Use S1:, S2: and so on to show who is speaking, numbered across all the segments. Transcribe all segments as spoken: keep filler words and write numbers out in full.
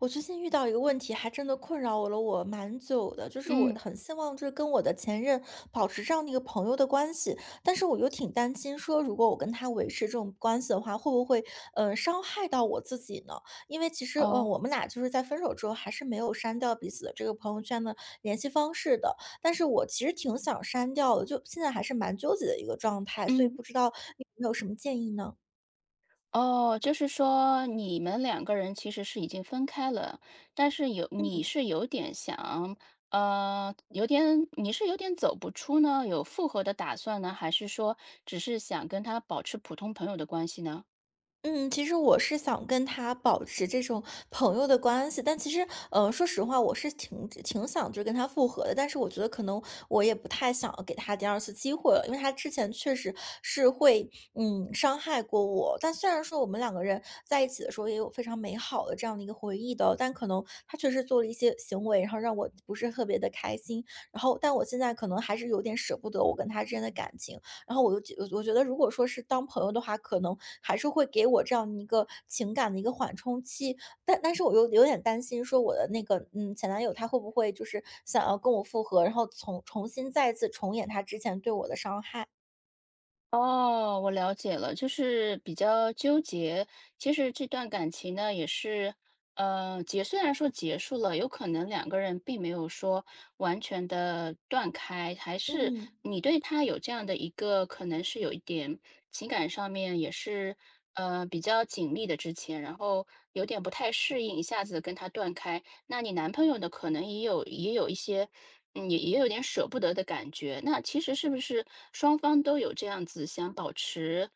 S1: 我最近遇到一个问题，还真的困扰我了我蛮久的，就是我
S2: 嗯，
S1: 很希望就是跟我的前任保持这样的一个朋友的关系，但是我又挺担心说，如果我跟他维持这种关系的话，会不会呃伤害到我自己呢？因为其实嗯，
S2: 哦，
S1: 我们俩就是在分手之后还是没有删掉彼此的这个朋友圈的联系方式的，但是我其实挺想删掉的，就现在还是蛮纠结的一个状态，所以
S2: 嗯，
S1: 不知道你有没有什么建议呢？
S2: 哦，就是说你们两个人其实是已经分开了，但是有你是有点想，呃，有点你是有点走不出呢，有复合的打算呢，还是说只是想跟他保持普通朋友的关系呢？
S1: 嗯，其实我是想跟他保持这种朋友的关系，但其实，呃，说实话，我是挺挺想就是跟他复合的，但是我觉得可能我也不太想给他第二次机会了，因为他之前确实是会，嗯，伤害过我。但虽然说我们两个人在一起的时候也有非常美好的这样的一个回忆的，但可能他确实做了一些行为，然后让我不是特别的开心。然后，但我现在可能还是有点舍不得我跟他之间的感情。然后我就觉我我觉得如果说是当朋友的话，可能还是会给我这样一个情感的一个缓冲期，但但是我又有点担心说我的那个，嗯，前男友他会不会就是想要跟我复合，然后重重新再次重演他之前对我的伤害。
S2: 哦，我了解了，就是比较纠结。其实这段感情呢，也是，呃，结虽然说结束了，有可能两个人并没有说完全的断开，还是
S1: 嗯，
S2: 你对他有这样的一个，可能是有一点情感上面也是，呃，比较紧密的之前，然后有点不太适应，一下子跟他断开。那你男朋友呢，可能也有也有一些，嗯，也也有点舍不得的感觉。那其实是不是双方都有这样子想保持，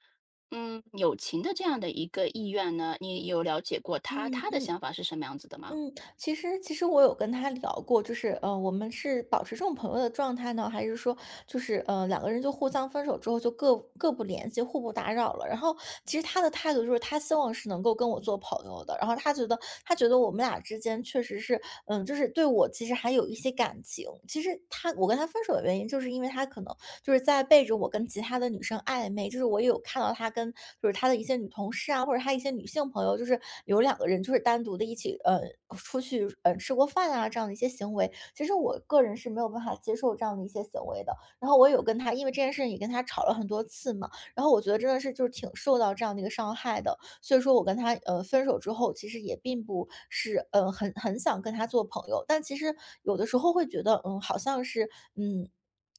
S2: 嗯，友情的这样的一个意愿呢？你有了解过他
S1: 嗯
S2: 他的
S1: 嗯。
S2: 想法是什么样子的吗？
S1: 嗯，其实其实我有跟他聊过，就是呃，我们是保持这种朋友的状态呢，还是说就是呃两个人就互相分手之后就各各不联系，互不打扰了？然后其实他的态度就是他希望是能够跟我做朋友的，然后他觉得他觉得我们俩之间确实是嗯，就是。就是对我其实还有一些感情。其实他我跟他分手的原因，就是因为他可能就是在背着我跟其他的女生暧昧，就是我也有看到他跟就是他的一些女同事啊，或者他一些女性朋友，就是有两个人就是单独的一起呃出去呃吃过饭啊这样的一些行为。其实我个人是没有办法接受这样的一些行为的。然后我有跟他因为这件事情也跟他吵了很多次嘛，然后我觉得真的是就是挺受到这样的一个伤害的。所以说我跟他呃分手之后，其实也并不是呃很很想跟他做朋友，但其实有的时候会觉得，嗯，好像是嗯。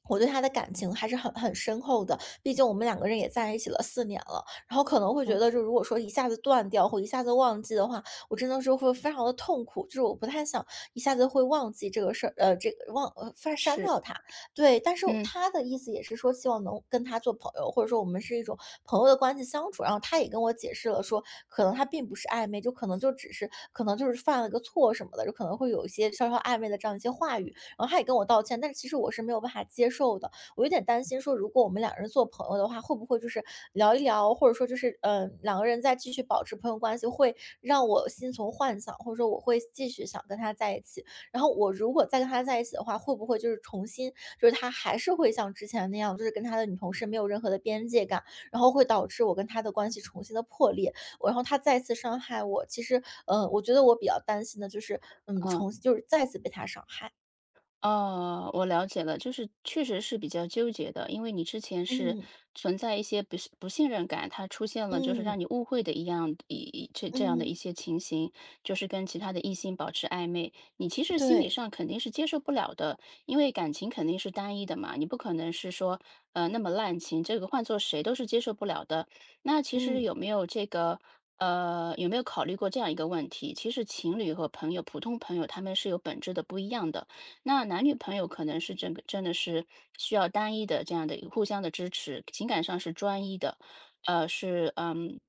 S1: 我对他的感情还是很很深厚的，毕竟我们两个人也在一起了四年了，然后可能会觉
S2: 嗯，
S1: 得，就如果说一下子断掉或一下子忘记的话，我真的是会非常的痛苦，就是我不太想一下子会忘记这个事儿，呃，这个忘呃发删
S2: 是。
S1: 掉他，对，但是
S2: 嗯
S1: 他的意思也是说希望能跟他做朋友，或者说我们是一种朋友的关系相处。然后他也跟我解释了说，可能他并不是暧昧，就可能就只是可能就是犯了个错什么的，就可能会有一些稍稍暧昧的这样一些话语。然后他也跟我道歉，但是其实我是没有办法接受的。我有点担心说，如果我们两个人做朋友的话，会不会就是聊一聊，或者说就是嗯、呃两个人再继续保持朋友关系，会让我心存幻想，或者说我会继续想跟他在一起。然后我如果再跟他在一起的话，会不会就是重新，就是他还是会像之前那样，就是跟他的女同事没有任何的边界感，然后会导致我跟他的关系重新的破裂，我然后他再次伤害我。其实，呃，我觉得我比较担心的就是，嗯，
S2: 嗯。
S1: 重新就是再次被他伤害。
S2: 哦，我了解了，就是确实是比较纠结的，因为你之前是
S1: 嗯
S2: 存在一些不信不信任感，他出现了就是
S1: 嗯
S2: 让你误会的一样一一这这样的一
S1: 嗯，
S2: 些情形，就是跟其他的异性保持暧昧，你其实心理
S1: 对，
S2: 上肯定是接受不了的，因为感情肯定是单一的嘛，你不可能是说呃那么滥情，这个换做谁都是接受不了的。那其实
S1: 嗯
S2: 有没有这个？呃，有没有考虑过这样一个问题？其实情侣和朋友，普通朋友他们是有本质的不一样的。那男女朋友可能是这个真的是需要单一的这样的一个互相的支持，情感上是专一的，呃，是嗯，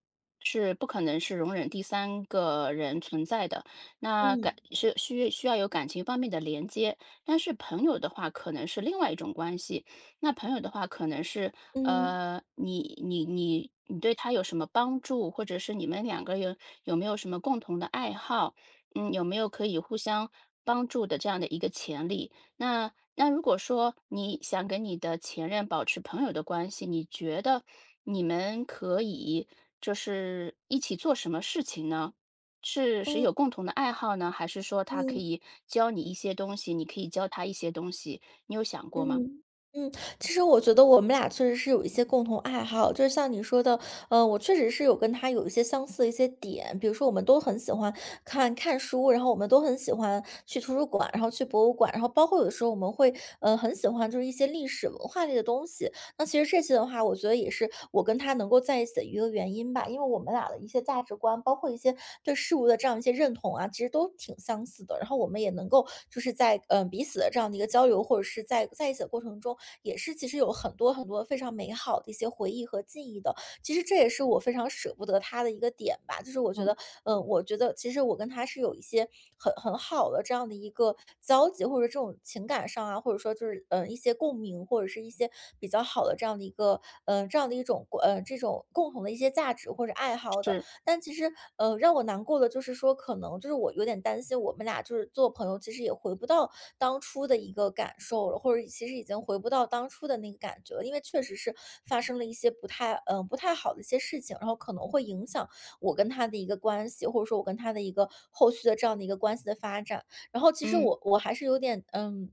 S2: 是不可能是容忍第三个人存在的。那感
S1: 嗯
S2: 是需需要有感情方面的连接，但是朋友的话可能是另外一种关系。那朋友的话可能是
S1: 嗯
S2: 呃，你你你你对他有什么帮助，或者是你们两个有有没有什么共同的爱好？嗯，有没有可以互相帮助的这样的一个潜力？那那如果说你想跟你的前任保持朋友的关系，你觉得你们可以就是一起做什么事情呢？是是
S1: 嗯
S2: 有共同的爱好呢，还是说他可
S1: 嗯。
S2: 以教你一些东西，你可以教他一些东西？你有想过吗？
S1: 嗯，嗯，其实我觉得我们俩确实是有一些共同爱好，就是像你说的，呃，我确实是有跟他有一些相似的一些点，比如说我们都很喜欢看看书，然后我们都很喜欢去图书馆，然后去博物馆，然后包括有的时候我们会，呃，很喜欢就是一些历史文化类的东西，那其实这些的话，我觉得也是我跟他能够在一起的一个原因吧，因为我们俩的一些价值观，包括一些对事物的这样一些认同啊，其实都挺相似的。然后我们也能够就是在嗯、呃彼此的这样的一个交流，或者是在在一起的过程中，也是其实有很多很多非常美好的一些回忆和记忆的。其实这也是我非常舍不得他的一个点吧，就是我觉
S2: 嗯，
S1: 得，嗯，我觉得其实我跟他是有一些很很好的这样的一个交集，或者这种情感上啊，或者说就是嗯一些共鸣，或者是一些比较好的这样的一个嗯这样的一种呃，这种共同的一些价值或者爱好的。
S2: 是，
S1: 但其实，呃，让我难过的就是说，可能就是我有点担心，我们俩就是做朋友，其实也回不到当初的一个感受了，或者其实已经回不到当初的那个感觉了，因为确实是发生了一些不太，嗯、呃不太好的一些事情，然后可能会影响我跟他的一个关系，或者说我跟他的一个后续的这样的一个关系的发展。然后其实
S2: 嗯。
S1: 我我还是有点，嗯。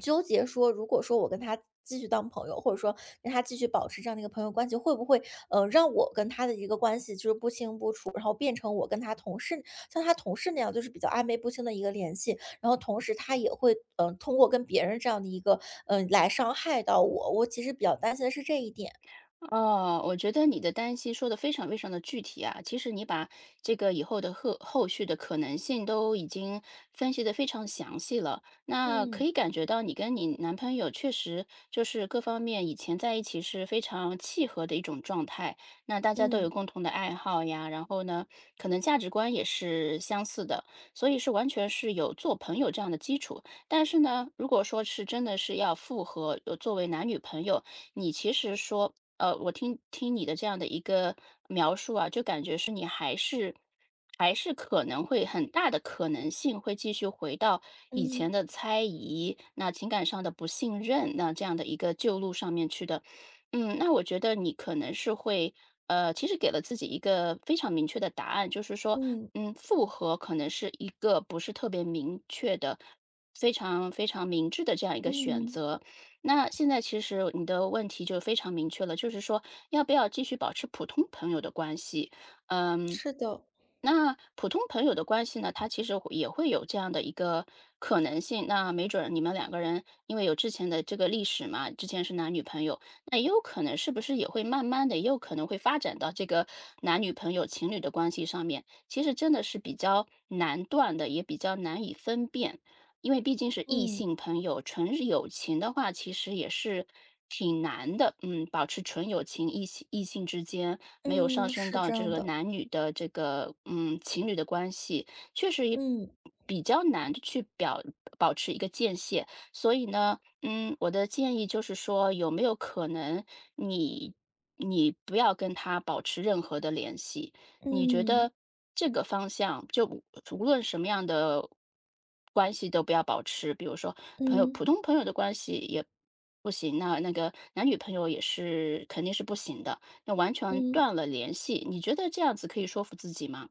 S1: 纠结说，如果说我跟他继续当朋友，或者说跟他继续保持这样的一个朋友关系，会不会呃让我跟他的一个关系就是不清不楚，然后变成我跟他同事像他同事那样，就是比较暧昧不清的一个联系，然后同时他也会嗯、呃通过跟别人这样的一个嗯、呃来伤害到我，我其实比较担心的是这一点。
S2: 哦，我觉得你的担心说的非常非常的具体啊。其实你把这个以后的后后续的可能性都已经分析的非常详细了，那可
S1: 嗯
S2: 以感觉到你跟你男朋友确实就是各方面以前在一起是非常契合的一种状态。那大家都有
S1: 嗯
S2: 共同的爱好呀，然后呢，可能价值观也是相似的，所以是完全是有做朋友这样的基础。但是呢，如果说是真的是要复合，呃作为男女朋友。你其实说，呃，我听听你的这样的一个描述啊，就感觉是你还是还是可能会很大的可能性会继续回到以
S1: 嗯
S2: 前的猜疑，那情感上的不信任，那这样的一个旧路上面去的。嗯，那我觉得你可能是会，呃，其实给了自己一个非常明确的答案，就是说，
S1: 嗯
S2: 嗯，复合可能是一个不是特别明确的、非常非常明智的这样一个选
S1: 嗯，
S2: 择。那现在其实你的问题就非常明确了，就是说要不要继续保持普通朋友的关系？嗯，
S1: 是的，
S2: 那普通朋友的关系呢，它其实会也会有这样的一个可能性。那没准儿你们两个人因为有之前的这个历史嘛，之前是男女朋友，那也有可能是不是也会慢慢的，也有可能会发展到这个男女朋友、情侣的关系上面。其实真的是比较难断的，也比较难以分辨。因为毕竟是异
S1: 嗯
S2: 性朋友，纯友情的话，其实也是挺难的。嗯，保持纯友情，异性异性之间没有上
S1: 嗯
S2: 升
S1: 是
S2: 到
S1: 这
S2: 这
S1: 样
S2: 个
S1: 的，
S2: 男女的这个嗯情侣的关系，确实也
S1: 嗯
S2: 比较难地去表保持一个界限。所以呢，嗯，我的建议就是说，有没有可能你你不要跟他保持任何的联系？你觉
S1: 嗯
S2: 得这个方向，就无无论什么样的关系都不要保持，比如说朋友，
S1: 嗯
S2: 普通朋友的关系也不行，那那个男女朋友也是肯定是不行的，那完全
S1: 嗯。
S2: 断了联系。你觉得这样子可以说服自己吗？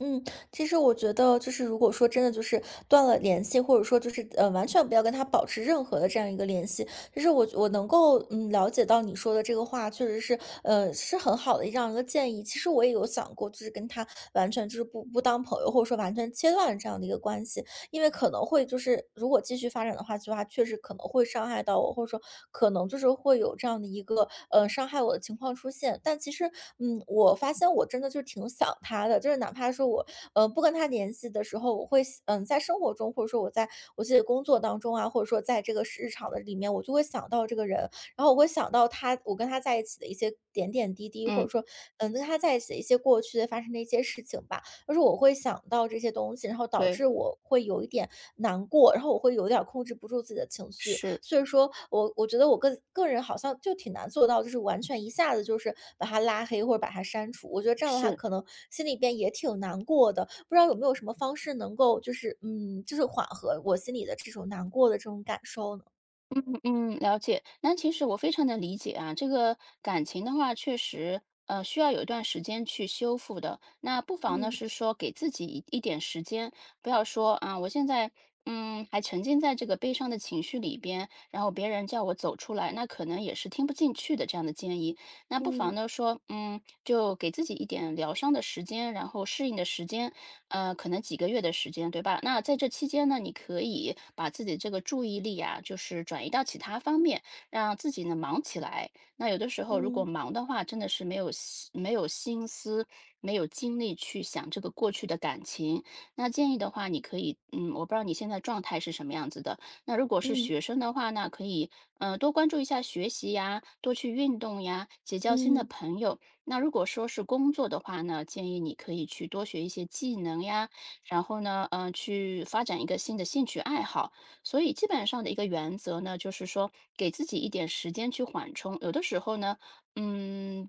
S1: 嗯，其实我觉得就是，如果说真的就是断了联系，或者说就是呃，完全不要跟他保持任何的这样一个联系，就是我我能够嗯了解到你说的这个话，确实是呃是很好的这样一个建议。其实我也有想过，就是跟他完全就是不不当朋友，或者说完全切断这样的一个关系。因为可能会就是如果继续发展的话，就话确实可能会伤害到我，或者说可能就是会有这样的一个呃伤害我的情况出现。但其实，嗯，我发现我真的就是挺想他的，就是哪怕说我呃不跟他联系的时候，我会嗯、在生活中，或者说我在我自己的工作当中啊，或者说在这个日常的里面，我就会想到这个人，然后我会想到他，我跟他在一起的一些点点滴滴，或者
S2: 嗯，
S1: 说嗯、跟他在一起的一些过去的发生的一些事情吧。就是我会想到这些东西，然后导
S2: 对，
S1: 致我会有一点难过，然后我会有点儿控制不住自己的情绪。
S2: 是
S1: 所以说我我觉得我个个人好像就挺难做到，就是完全一下子就是把他拉黑或者把他删除。我觉得这样的话，
S2: 是。
S1: 可能心里边也挺难过的。不知道有没有什么方式能够就是嗯，就是缓和我心里的这种难过的这种感受呢？
S2: 嗯嗯，了解。那其实我非常的理解啊，这个感情的话，确实，呃，需要有一段时间去修复的。那不妨呢
S1: 嗯
S2: 是说给自己一一点时间，不要说啊，我现在嗯还沉浸在这个悲伤的情绪里边，然后别人叫我走出来，那可能也是听不进去的这样的建议。那不妨
S1: 嗯
S2: 呢说，嗯，就给自己一点疗伤的时间，然后适应的时间，呃，可能几个月的时间，对吧？那在这期间呢，你可以把自己这个注意力啊，就是转移到其他方面，让自己呢忙起来。那有的时候如果
S1: 嗯
S2: 忙的话，真的是没有心没有心思、没有精力去想这个过去的感情。那建议的话，你可以，嗯，我不知道你现在状态是什么样子的，那如果是
S1: 嗯
S2: 学生的话呢，可以嗯，多关注一下学习呀，多去运动呀，结交新
S1: 嗯
S2: 的
S1: 嗯
S2: 朋友。那如果说是工作的话呢，建议你可以去多学一些技能呀，然后呢，嗯，去发展一个新的兴趣爱好。所以基本上的一个原则呢，就是说给自己一点时间去缓冲。有的时候呢，嗯，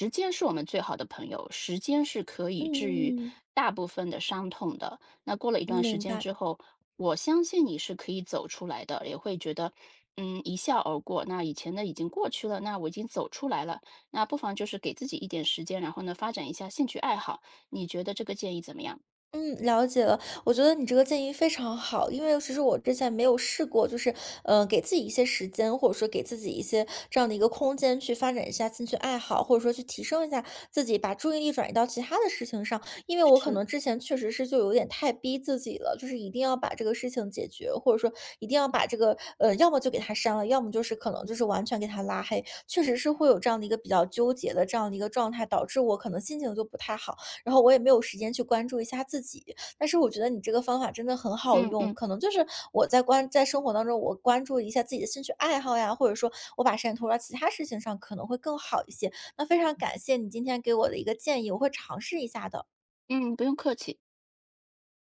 S2: 时间是我们最好的朋友，时间是可以治愈
S1: 嗯，
S2: 大部分的伤痛的。那过了一
S1: 嗯
S2: 段时
S1: 明
S2: 间
S1: 白。
S2: 之后，我相信你是可以走出来的，也会觉得，嗯，一笑而过。那以前的已经过去了，那我已经走出来了，那不妨就是给自己一点时间，然后呢，发展一下兴趣爱好。你觉得这个建议怎么样？
S1: 嗯，了解了。我觉得你这个建议非常好，因为其实我之前没有试过，就是呃，给自己一些时间，或者说给自己一些这样的一个空间，去发展一下兴趣爱好，或者说去提升一下自己，把注意力转移到其他的事情上。因为我可
S2: 是，
S1: 能之前确实是就有点太逼自己了，就是一定要把这个事情解决，或者说一定要把这个呃，要么就给他删了，要么就是可能就是完全给他拉黑。确实是会有这样的一个比较纠结的这样的一个状态，导致我可能心情就不太好。然后我也没有时间去关注一下自己。但是我觉得你这个方法真的很好
S2: 嗯
S1: 用，
S2: 嗯
S1: 可能就是我在关在生活当中，我关注一下自己的兴趣爱好呀，或者说我把时间投入到其他事情上，可能会更好一些。那非常感谢你今天给我的一个建议，我会尝试一下的。
S2: 嗯，不用客气。